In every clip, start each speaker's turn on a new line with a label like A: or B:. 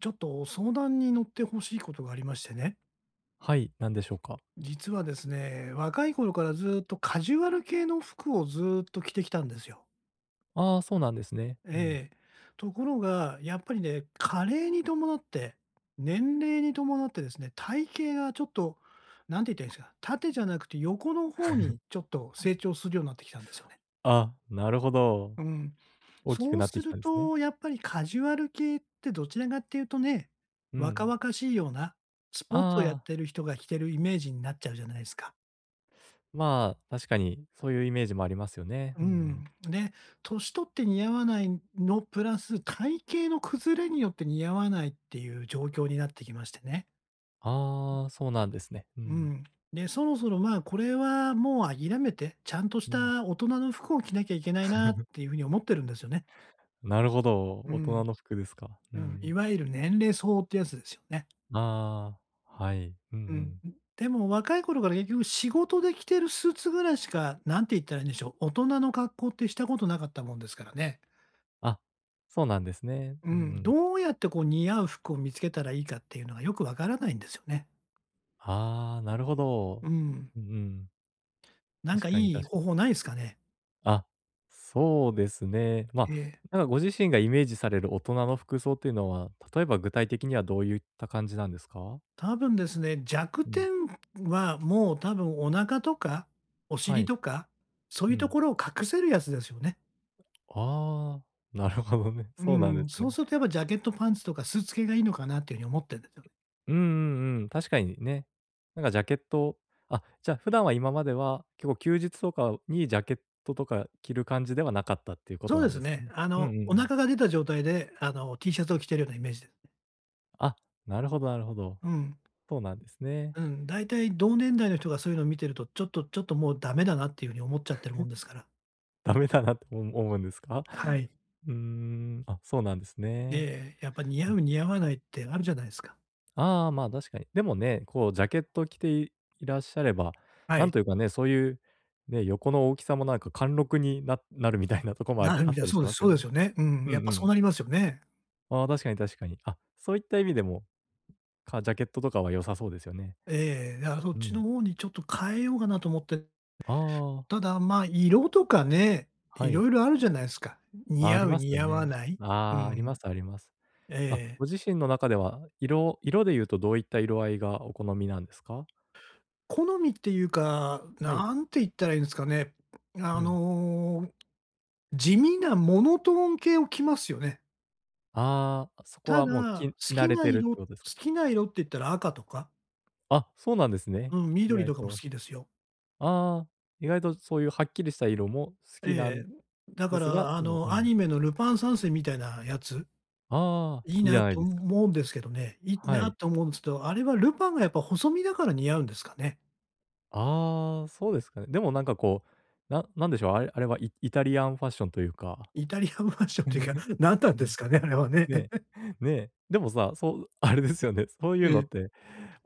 A: ちょっと相談に乗ってほしいことがありましてね。
B: はい、なんでしょうか？
A: 実はですね、若い頃からずっとカジュアル系の服をずっと着てきたんですよ。
B: ああ、そうなんですね。うん。
A: ええ。ところが、やっぱりね、加齢に伴って、年齢に伴ってですね、体型がちょっと、なんて言ったらいいんですか、縦じゃなくて横の方にちょっと成長するようになってきたんですよね。
B: あ、なるほど。
A: うん。
B: 大きく
A: そう
B: なって
A: す
B: き
A: る
B: たんですね。
A: と、やっぱりカジュアル系ってどちらかっていうとね、
B: う
A: 若
B: ん。
A: 々しいような、スポーツをやっ
B: ああ、
A: てる人が着てるイメージになっちゃうじゃないですか。
B: まあ、確かにそういうイメージもありますよね。
A: う
B: うんうん。
A: ん。で、年取って似合わないのプラス、体型の崩れによって似合わないっていう状況になってきましてね。
B: ああ、そうなんですね。う
A: う
B: ん。
A: ん。で、そろそろまあ、これはもう諦めて、ちゃんとし
B: うん。
A: た大人の服を着なきゃいけないなって いうふうに思ってるんですよね。
B: なるほど、
A: う
B: 大人
A: ん。
B: の服ですか。う
A: うん。い
B: ん。
A: わゆる年齢相応ってやつですよね。
B: ああ、はい。うんう
A: うん、
B: ん。
A: でも若い頃から結局仕事で着てるスーツぐらいしか、なんて言ったらいいんでしょう、大人の格好ってしたことなかったもんですからね。
B: あ、そうなんですね。
A: う
B: うん
A: ん、
B: うん。
A: どうやってこう似合う服を見つけたらいいかっていうのがよくわからないんですよね。
B: ああ、なるほど。
A: うん。
B: うんうん。
A: なん
B: 確
A: か
B: かに
A: いい
B: 確か
A: 方
B: に。
A: 法ないですかね？
B: あ、そうですね。まあ、
A: ええ。
B: なんかご自身がイメージされる大人の服装っていうのは、例えば具体的にはどういった感じなんですか？
A: 多分ですね、弱
B: う
A: 点
B: ん。
A: はもう多分お腹とか、お
B: は
A: 尻
B: い。
A: とか、そう
B: う
A: いうと
B: ん。
A: ころを隠せるやつですよね。
B: ああ、なるほどね。
A: う
B: そうなんで
A: ん、
B: す
A: そ
B: ね。
A: うするとやっぱジャケットパンツとかスーツ系がいいのかなっていうふうに思ってるんですよ。
B: うんうんうん、確かにね。なんかジャケットあ、じゃあ普段は今までは、結構休日とかにジャケットとか着る感じではなかったっていうこ
A: そ
B: と
A: うで
B: なん
A: す
B: ですか
A: ね。
B: ね？
A: あ
B: うんう
A: の、
B: んう
A: お
B: ん。
A: 腹が出た状態で、あの、T シャツを着てるようなイメージですね。
B: あ、なるほどなるほど。
A: うん。
B: そうなんですね。
A: うん、大体同年代の人がそういうのを見てると、ちょっとちょっともうダメだなっていうふうに思っちゃってるもんですから。
B: ダメだなって思うんですか？
A: はい。
B: うーん、あ、そうなんですね。
A: で、やっぱ似
B: う
A: 合
B: ん。
A: う似合わないってあるじゃないですか。
B: ああ、まあ、確かに。でもね、こうジャケット着ていいらっしゃれば、
A: は
B: なん
A: い。
B: というかね、そういうね、横の大きさもなんか貫禄にななるみたいなとこもあ
A: な
B: り
A: る
B: あ
A: み
B: っ
A: たい
B: た
A: な、
B: りし
A: そうで
B: ま
A: す
B: す
A: そ
B: よ
A: う
B: ね。
A: ですよね。うん、
B: うん
A: やっぱ
B: う
A: そう
B: ん。
A: なりますよね。
B: ああ、確かに確かに。あ、そういった意味でも、ジャケットとかは良さそうですよね。
A: ええ、だからそっ
B: う
A: ち
B: ん。
A: の方にちょっと変えようかなと思って、
B: ああ、
A: ただ、まあ、色とかね、い
B: は
A: ろ
B: い。
A: いろあるじゃないですか。
B: あ、
A: 似
B: あ
A: 合
B: り
A: う
B: ます
A: 似
B: よ
A: 合わ
B: ね。
A: ない。う
B: ああ、ありま
A: ん。
B: すあります。あ、
A: ええ。
B: ご自身の中では、色で言うとどういった色合いがお好みなんですか？
A: 好みっていうか、
B: はい。
A: なんて言ったらいいんですかね。
B: う
A: あ
B: ん。
A: の、地味なモノトーン系を着ますよね。
B: ああ、そこ
A: た
B: はもう
A: だ、
B: き
A: 好
B: 着慣
A: き
B: れ
A: な
B: てるって
A: 色好
B: ことですか？
A: きな色って言ったら赤とか、
B: あ、そうなんですね。
A: うん、
B: 意
A: 緑
B: 外
A: とかも好
B: と。
A: きですよ。
B: ああ、意外とそういうはっきりした色も好きな
A: え
B: ん
A: え。だか
B: ですが、
A: ら、あ
B: そのう
A: の、ア
B: ん。
A: ニメのルパン三世みたいなやつ、
B: ああ、
A: いい
B: いいじ
A: なっ
B: ゃない
A: て
B: ですか。
A: 思うんですけどね。いい
B: は
A: な
B: い。
A: と思うんですけど、あれはルパンがやっぱ細身だから似合うんですかね。
B: ああ、そうですかね。でもなんかこう、ななんでしょう、あれはイイタリアンファッションというか。
A: イタリアンファッションっていうか、何なんですかね、あれはね。
B: ねえ、ねえ。でもさ、そう あれですよね、そういう
A: え
B: の
A: え。
B: って、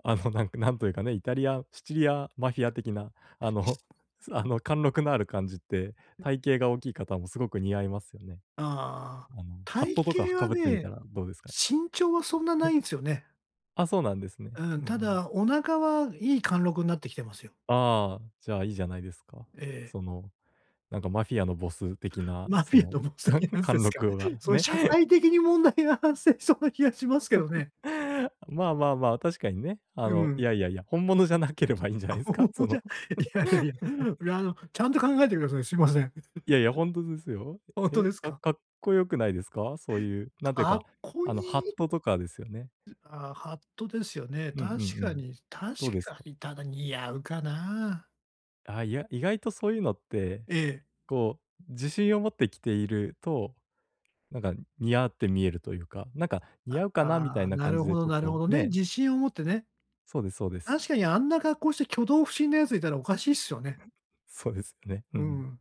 B: あの、なんか、なんというかね、イタリアシチリアマフィア的な、あの、す あの、貫禄のある感じって、体型が大きい方もすごく似合いますよね。
A: ああ。
B: あの、ハッ
A: 体
B: トとか
A: 型
B: 被
A: は
B: ってみた
A: ね、
B: らどうですかね？
A: 身長はそんなないんですよね。
B: あ、そうなんですね。
A: う
B: う
A: ん、
B: んう
A: た
B: ん。
A: だ、お腹はいい貫禄になってきてますよ。
B: ああ、じゃあ、いいじゃないですか。
A: ええ。
B: その、なんかマフィアのボス的な、
A: マ
B: そ
A: フィア
B: の、
A: のボス的な んで
B: 貫
A: すか。
B: 禄が
A: そういう
B: ね。
A: 社会的に問題が発生しそうな気がしますけどね。
B: まあまあまあ、確かにね。あ
A: う
B: の、い
A: ん。
B: やいやいや、本物じゃなければいいんじゃないですか？
A: ほじゃいやいやいや、いや、あの、ちゃんと考えてください。すいません。
B: いやいや、本当ですよ。
A: ほんと
B: え、
A: です
B: か
A: か？
B: かっこよくないですか？そういう、なんていう
A: か
B: か、
A: っこ
B: あの、ハッ
A: いい。
B: トとかですよね。
A: ああ、ハットですよね。
B: うんうん
A: 確
B: う
A: か
B: ん。
A: に、確
B: どうです
A: か
B: か？
A: に、ただ似合うかな。
B: あ、いや、意外とそういうのって、
A: ええ。
B: こう、自信を持って着ていると、なんか似合って見えるというか、なんか似合うかなみた
A: あ
B: い
A: あ、
B: な
A: な
B: 感
A: る
B: じ
A: ほ
B: でち
A: ど
B: ょっ
A: なるほ
B: と
A: どね。
B: ね、
A: 自信を持ってね。
B: そうですそうで
A: 確
B: す。
A: かにあんな格好して挙動不審なやついたらおかしいっすよね。
B: そうですよね。うん
A: う
B: うん。
A: ん。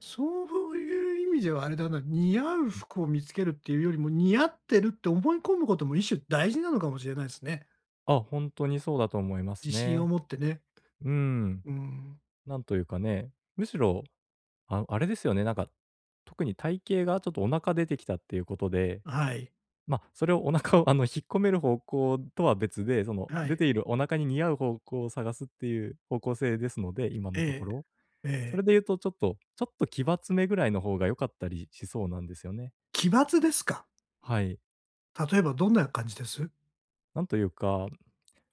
A: そういう意味ではあれだな、似合う服を見つけるっていうよりも、似合ってるって思い込むことも一種大事なのかもしれないですね。
B: あ、本当にそうだと思いま
A: 自
B: す
A: 信を
B: ね。
A: 持ってね。
B: うん。
A: うん。
B: なんというかね、むしろ、ああれですよね、なんか、特に体型がちょっとお腹出てきたっていうことで
A: はい。
B: ま、あそれをお腹をあの、引っ込める方向とは別で、その、
A: は
B: 出
A: い。
B: ているお腹に似合う方向を探すっていう方向性ですので、今
A: え
B: のとこ
A: え、
B: ろ。
A: え
B: そ
A: え。
B: れで言うとちょっとちょっと奇抜めぐらいの方が良かったりしそうなんですよね。
A: 奇抜ですか？
B: はい。
A: 例えばどんな感じです？
B: なんというか、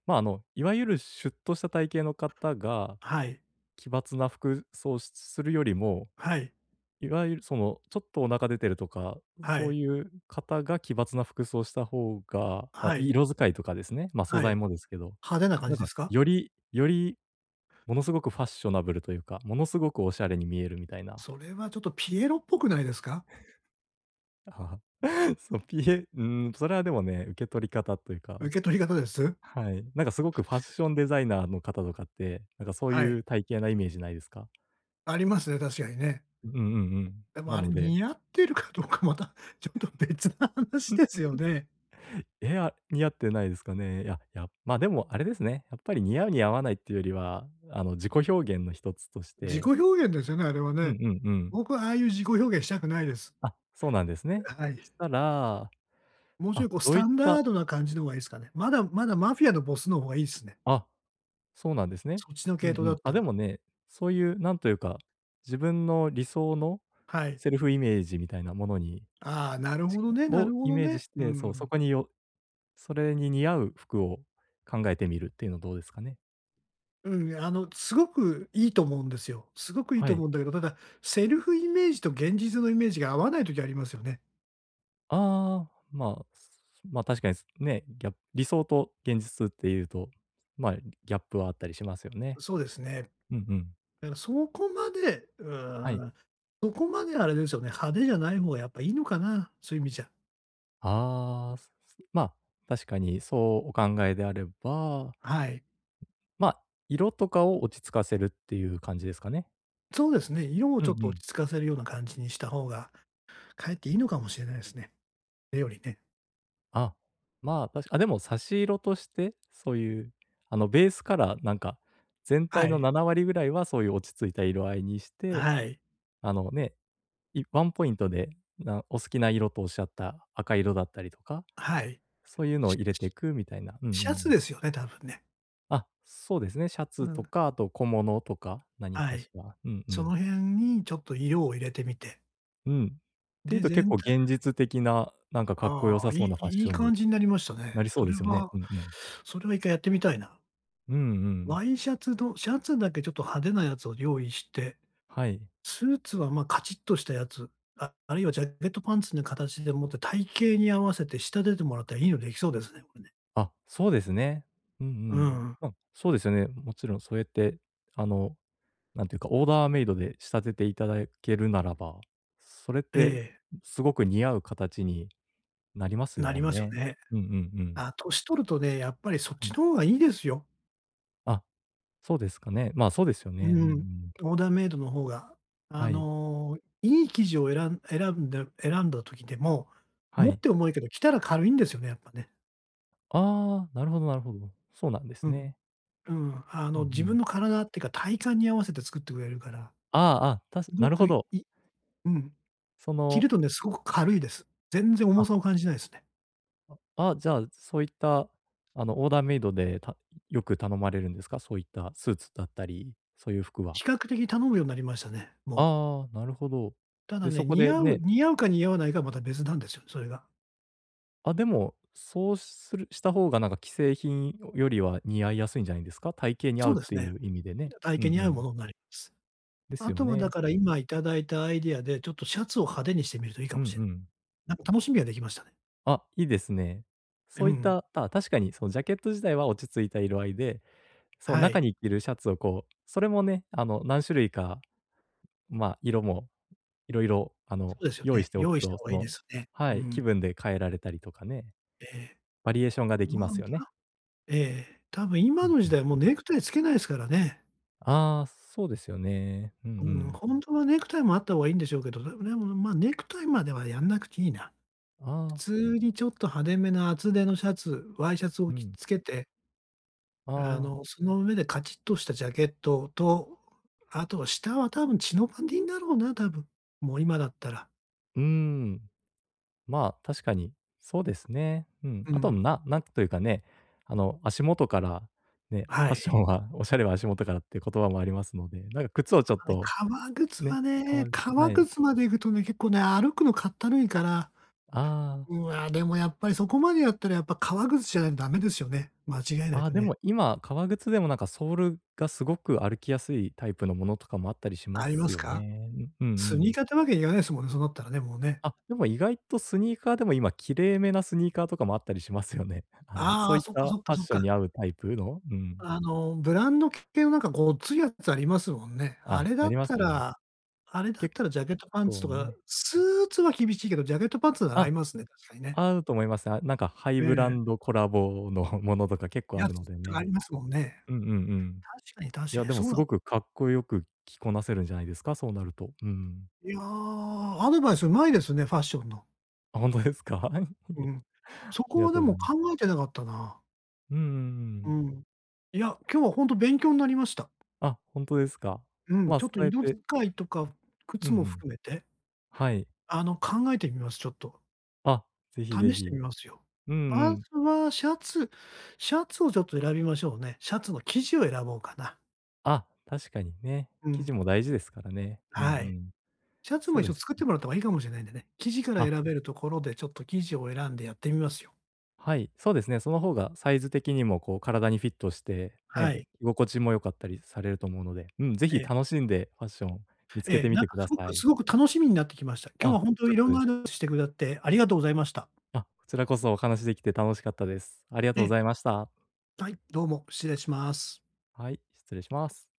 B: まあ、あの、いわゆるシュッとした体型の方が
A: はい。
B: 奇抜な服装をするよりも、
A: はい。
B: いわゆるその、ちょっとお腹出てるとか、
A: は
B: そう
A: い。
B: いう方が奇抜な服装した方が、あ、
A: はい。
B: 色使いとかですね、ま、素
A: は
B: 材
A: い。
B: もですけど、
A: 派手な感
B: なん
A: じで
B: か、
A: すか？
B: よりものすごくファッショナブルというか、ものすごくおしゃれに見えるみたいな。
A: それはちょっとピエロっぽくないですか？
B: そう、ピエうーん、それはでもね、受け取り方というか、
A: 受け取り方です？
B: はい。なんかすごくファッションデザイナーの方とかって、なんかそう
A: はい。
B: いう体型なイメージないですか？
A: ありますね、確かにね。
B: うんうんうん。
A: でも
B: な
A: あれ、
B: ので
A: 似合ってるかどうかまた、ちょっと別な話ですよね。
B: え、あ、似合ってないですかね。いや、いやま、でもあれですね、やっぱり似合う似合わないっていうよりは、あの、自己表現の一つとし
A: 自
B: て
A: 己表現ですよね、あれは
B: うんう
A: ね。
B: んうん。
A: 僕はああいう自己表現したくないです。
B: あ、そうなんですね。
A: は
B: そ
A: い。
B: したら、
A: もうちょい
B: あ、
A: こうス
B: どういっ
A: タンダー
B: た
A: ドな感じの方がいいですかね。まだまだマフィアのボスの方がいいですね。
B: あ、そうなんですね。
A: そっちの
B: う
A: 系
B: ん
A: 統
B: う
A: だ
B: ん。
A: った
B: あ、
A: ら。
B: でもね、そういうなんというか、自分の理想の
A: はい。
B: セルフイメージみたいなものに
A: ああ、なる
B: ち
A: ほどね、な
B: を
A: るほ
B: イ
A: ど
B: メージ
A: ね。
B: し
A: う
B: て、そう、そ
A: ん。
B: こにそれに似合う服を考えてみるっていうのどうですかね？
A: うん、あの、すごくいいと思うんですよ。すごくいい
B: は
A: と思
B: い。
A: うんだけど、ただ、セルフイメージと現実のイメージが合わない時ありますよね。
B: ああ、まあ、す、確かにすね、ギャップ理想と現実っていうと、まあ、ギャップはあったりしますよね。
A: そうですね。
B: うんうん。
A: だからそこまで、う
B: は
A: ー
B: い。
A: ん、そこまであれですよね、派手じゃない方がやっぱいいのかな、そういう意味じゃ。
B: ああ、すすまあ、確かにそうお考えであれば、
A: はい。
B: まあ、色とかを落ち着かせるっていう感じですかね？
A: そうですね、色を
B: う
A: ち
B: ん
A: ょっと
B: う
A: 落
B: ん。
A: ち着かせるような感じにした方が、かえっていいのかもしれないですね。それよりね。
B: あ、まあ、確かあ、でも差し色として、そういう、あの、ベースカラーなんか、全
A: は
B: 体の
A: い、
B: 7割ぐらいはそういう落ち着いた色合いにして、
A: はい、
B: あのね、ワンポイントで、お好きな色とおっしゃった赤色だったりとか、
A: はい。
B: そういうの
A: し
B: を入れて
A: し
B: いくみたいな。うんう
A: シャツ
B: ん。
A: ですよね、多分ね。
B: あ、そうですね、シャ
A: う
B: ツと
A: ん、
B: か、あと小物とか、何
A: は
B: か
A: い。
B: しら。うんう
A: その
B: ん。
A: 辺にちょっと色を入れてみて、
B: うん。っていう
A: で、
B: と結
A: 全
B: 構
A: 体
B: 現実的な、なんかかっこ
A: あ
B: よ
A: あ、
B: さそう
A: い
B: なフ
A: い
B: ァッ
A: い
B: シ
A: い
B: ョン
A: 感
B: に
A: じになりましたね。
B: なりそ
A: そ
B: う
A: れ
B: ですよね。
A: は
B: うんうん。
A: それは1回やってみたいな。
B: うんうん。
A: ワイシャツのシャツだけちょっと派手なやつを用意して、
B: はい。
A: スーツは、ま、あカチッとしたやつ、ああるいはジャケットパンツの形でもって体型に合わせて下出ててもらったらいいのできそうですね、これね。
B: あ、そうですね。うんう
A: う
B: ん。
A: ん。
B: ま、そうですよね。もちろんそうやって、あのなんていうか、オーダーメイドで仕立てていただけるならば、それっ
A: え
B: て、
A: え、
B: すごく似合う形になります
A: な
B: も
A: り
B: ん
A: ますよ
B: ね。
A: ね。
B: うんうんうん。
A: あ、年取るとね、やっぱりそっ
B: は
A: ちの
B: い。
A: 方がいいですよ。
B: あ、そうですかね。まあ、そうですよね。うんう
A: うん、
B: ん。
A: オーダーメイドの方が。あ
B: はい。
A: の、いい生地を選んで選んだ時でも、
B: は
A: 持っ
B: い。
A: て重いけど着たら軽いんですよね、やっぱね。
B: ああ、なるほどなるほど。そうなんです
A: うん。
B: ね。
A: うん、あ
B: うん
A: の、
B: う
A: 自
B: ん。
A: 分の体っていうか、体感に合わせて作ってくれるから、
B: ああ、あ、
A: す
B: な
A: ご
B: るほ
A: くい
B: ど。
A: うん、
B: そ
A: 着る
B: の、
A: とね、すごく軽いです。全然重
B: あ、
A: さを感じないですね。
B: あ、じゃあ、そういった、あの、オーダーメイドで、よく頼まれるんですか？そういったスーツだったり、そういう服
A: 比
B: は。
A: 較的頼むようになりましたね、もう。
B: ああ、なるほど。
A: ただ
B: で、
A: ね、
B: そこ
A: 似
B: で
A: 合う
B: ね
A: 似合うか似合わないかはまた別なんですよ、それが。
B: あ、でも、そうするした方がなんか既製品よりは似合いやすいんじゃないですか？体型に合
A: そう
B: うっ
A: です
B: てい
A: ね。
B: う意味でね。
A: 体
B: うんう
A: 型に合うも
B: ん。
A: のになります。
B: です
A: あ
B: よ
A: とはだ
B: ね。
A: から今いただいたアイディアで、ちょっとシャツを派手にしてみるといいか
B: うんう
A: もしれない。
B: ん。
A: なんか楽しみができましたね。
B: あ、いいですね。
A: う
B: そういっ
A: ん。
B: た、確かにそのジャケット自体は落ち着いた色合いで、その
A: は
B: 中
A: い。
B: に着るシャツをこう、それもね、あの、何種類か、ま、あ色もいろいろあ
A: そ
B: の、
A: うですよ
B: 用意
A: ね。
B: してお
A: 用
B: く
A: 意した
B: と、
A: 方がいいですよね。う
B: はい、気
A: ん。
B: 分で変えられたりとかね、
A: ええ。
B: バリエーションができますよね。
A: ええ、多分
B: う
A: 今
B: ん
A: の
B: う
A: 時
B: ん。
A: 代もうネクタイつけないですからね。
B: ああ、そうですよね。うんう
A: うん。
B: ん。
A: 本当はネクタイもあった方がいいんでしょうけど、でも、まあ、ネクタイまではやんなくていいな。
B: あ
A: 普
B: あ。
A: 通にちょっと派手めな厚手のシャツ、ワイシャツを
B: う
A: 着
B: ん。
A: つけて、
B: あ
A: あ
B: あ、
A: の、その上でカチッとしたジャケットと、あとは下は多分チノパンでいいんだろうな、多分。もう今だったら。
B: うーん。まあ、確かに、そうですね。うん。
A: う
B: あと、
A: ん。
B: ななんというかね、あの、足元から、ね、
A: は
B: ファッシ
A: い。
B: ョンは おしゃれは足元からっていう言葉もありますので、なんか靴をちょっ
A: あれ、
B: と、
A: 革靴
B: ね、
A: はね、
B: 革靴は
A: 革
B: い。
A: 靴まで行くとね、結構ね、歩くのかったるいから、
B: ああ、
A: うわ、でもやっぱりそこまでやったらやっぱ革靴じゃないとダメですよね。間違いな
B: ああ、
A: く
B: で
A: ね。
B: も今、革靴でもなんかソールがすごく歩きやすいタイプのものとかもあったりしま
A: ありま
B: す
A: す
B: よ
A: か？
B: ね。うんうんう
A: スニー
B: ん。
A: カーってわけにいかないですもんね、そうなったらね、もうね。
B: あ、でも意外とスニーカーでも今、綺麗めなスニーカーとかもあったりしますよね。あの、そ
A: あ
B: う
A: あ、
B: いっ
A: そっか
B: た
A: そっか
B: ファッ
A: そっ
B: ショ
A: か。
B: ンに合うタイプのうん。
A: あの、ブランド系のなんかごっついやつありますもんね。あ
B: あ、
A: れだ
B: あ
A: っ
B: ります
A: た
B: ね。
A: らあれだっ
B: 結
A: たらジャケットパンツ
B: 構
A: とか、
B: ね。
A: スーツは厳しいけど、ジャケットパンツなら合
B: あ、
A: いますね、確かにね。
B: 合うと思います。あ、なんかハイ
A: え
B: ブラ
A: え、
B: ンドコラボの ものとか結構あ
A: や
B: るの
A: つ
B: で
A: とかあ
B: ね。
A: りますもんね。
B: うんうんうん。
A: 確かに確
B: い
A: か
B: や、
A: に、
B: でも
A: そう
B: す
A: だ。
B: ごくかっこよく着こなせるんじゃないですか、そうなると。うん。
A: いや、アドバイスうまいですね、ファッションの。
B: あ、ほですか？い
A: う
B: え、
A: ん。
B: あ
A: そ
B: り
A: こ
B: が
A: はで
B: とうご
A: も
B: ざいま
A: 考
B: す。
A: えてなかったな。
B: うんうんう
A: う
B: ん。
A: ん。いや、今日はほんと勉強になりました。
B: あ、本当ですか。
A: うん、
B: ま、あ
A: ちょっ
B: そ
A: と
B: うやっ
A: 色
B: て
A: 使いとか
B: うんう
A: 靴も
B: ん。
A: 含めて、
B: はい。
A: あの、考えてみます、ちょっと。
B: あ、ぜひぜ
A: 試して
B: ひ。
A: みますよ。
B: うんう
A: まず
B: ん。
A: はシャツをちょっと選びましょうね。シャツの生地を選ぼうかな。
B: あ、確かにね。
A: う
B: 生
A: ん、
B: 地も大事ですからね。うんう
A: はい。
B: ん。
A: シャツも
B: そう
A: 一
B: で
A: 緒
B: す。
A: 作ってもらった方がいいかもしれないんでね、生地から
B: あ
A: 選べるところでちょっと生地を選んでやってみますよ。
B: はい、そうですね。その方がサイズ的にもこう体にフィットして、
A: は
B: ね、
A: い。
B: 居心地も良かったりされると思うので、うん、ぜ
A: え
B: ひ
A: え、
B: 楽しんでファッション見つけ
A: ええ、
B: てみ
A: なん
B: て
A: か
B: くだ
A: すご
B: さ
A: く
B: い。
A: すごく楽しみになってきました。今日
B: あ、
A: はほん
B: 良
A: と
B: か
A: い
B: っ
A: ろ
B: た
A: ん
B: で
A: なア
B: す。
A: ドバイスしてくだってありがとうございました。
B: あ、こちらこそお話できて楽しかったです。ありがと
A: え
B: うご
A: え、
B: ざいました。
A: はい、どうも失礼します。
B: はい、失礼します。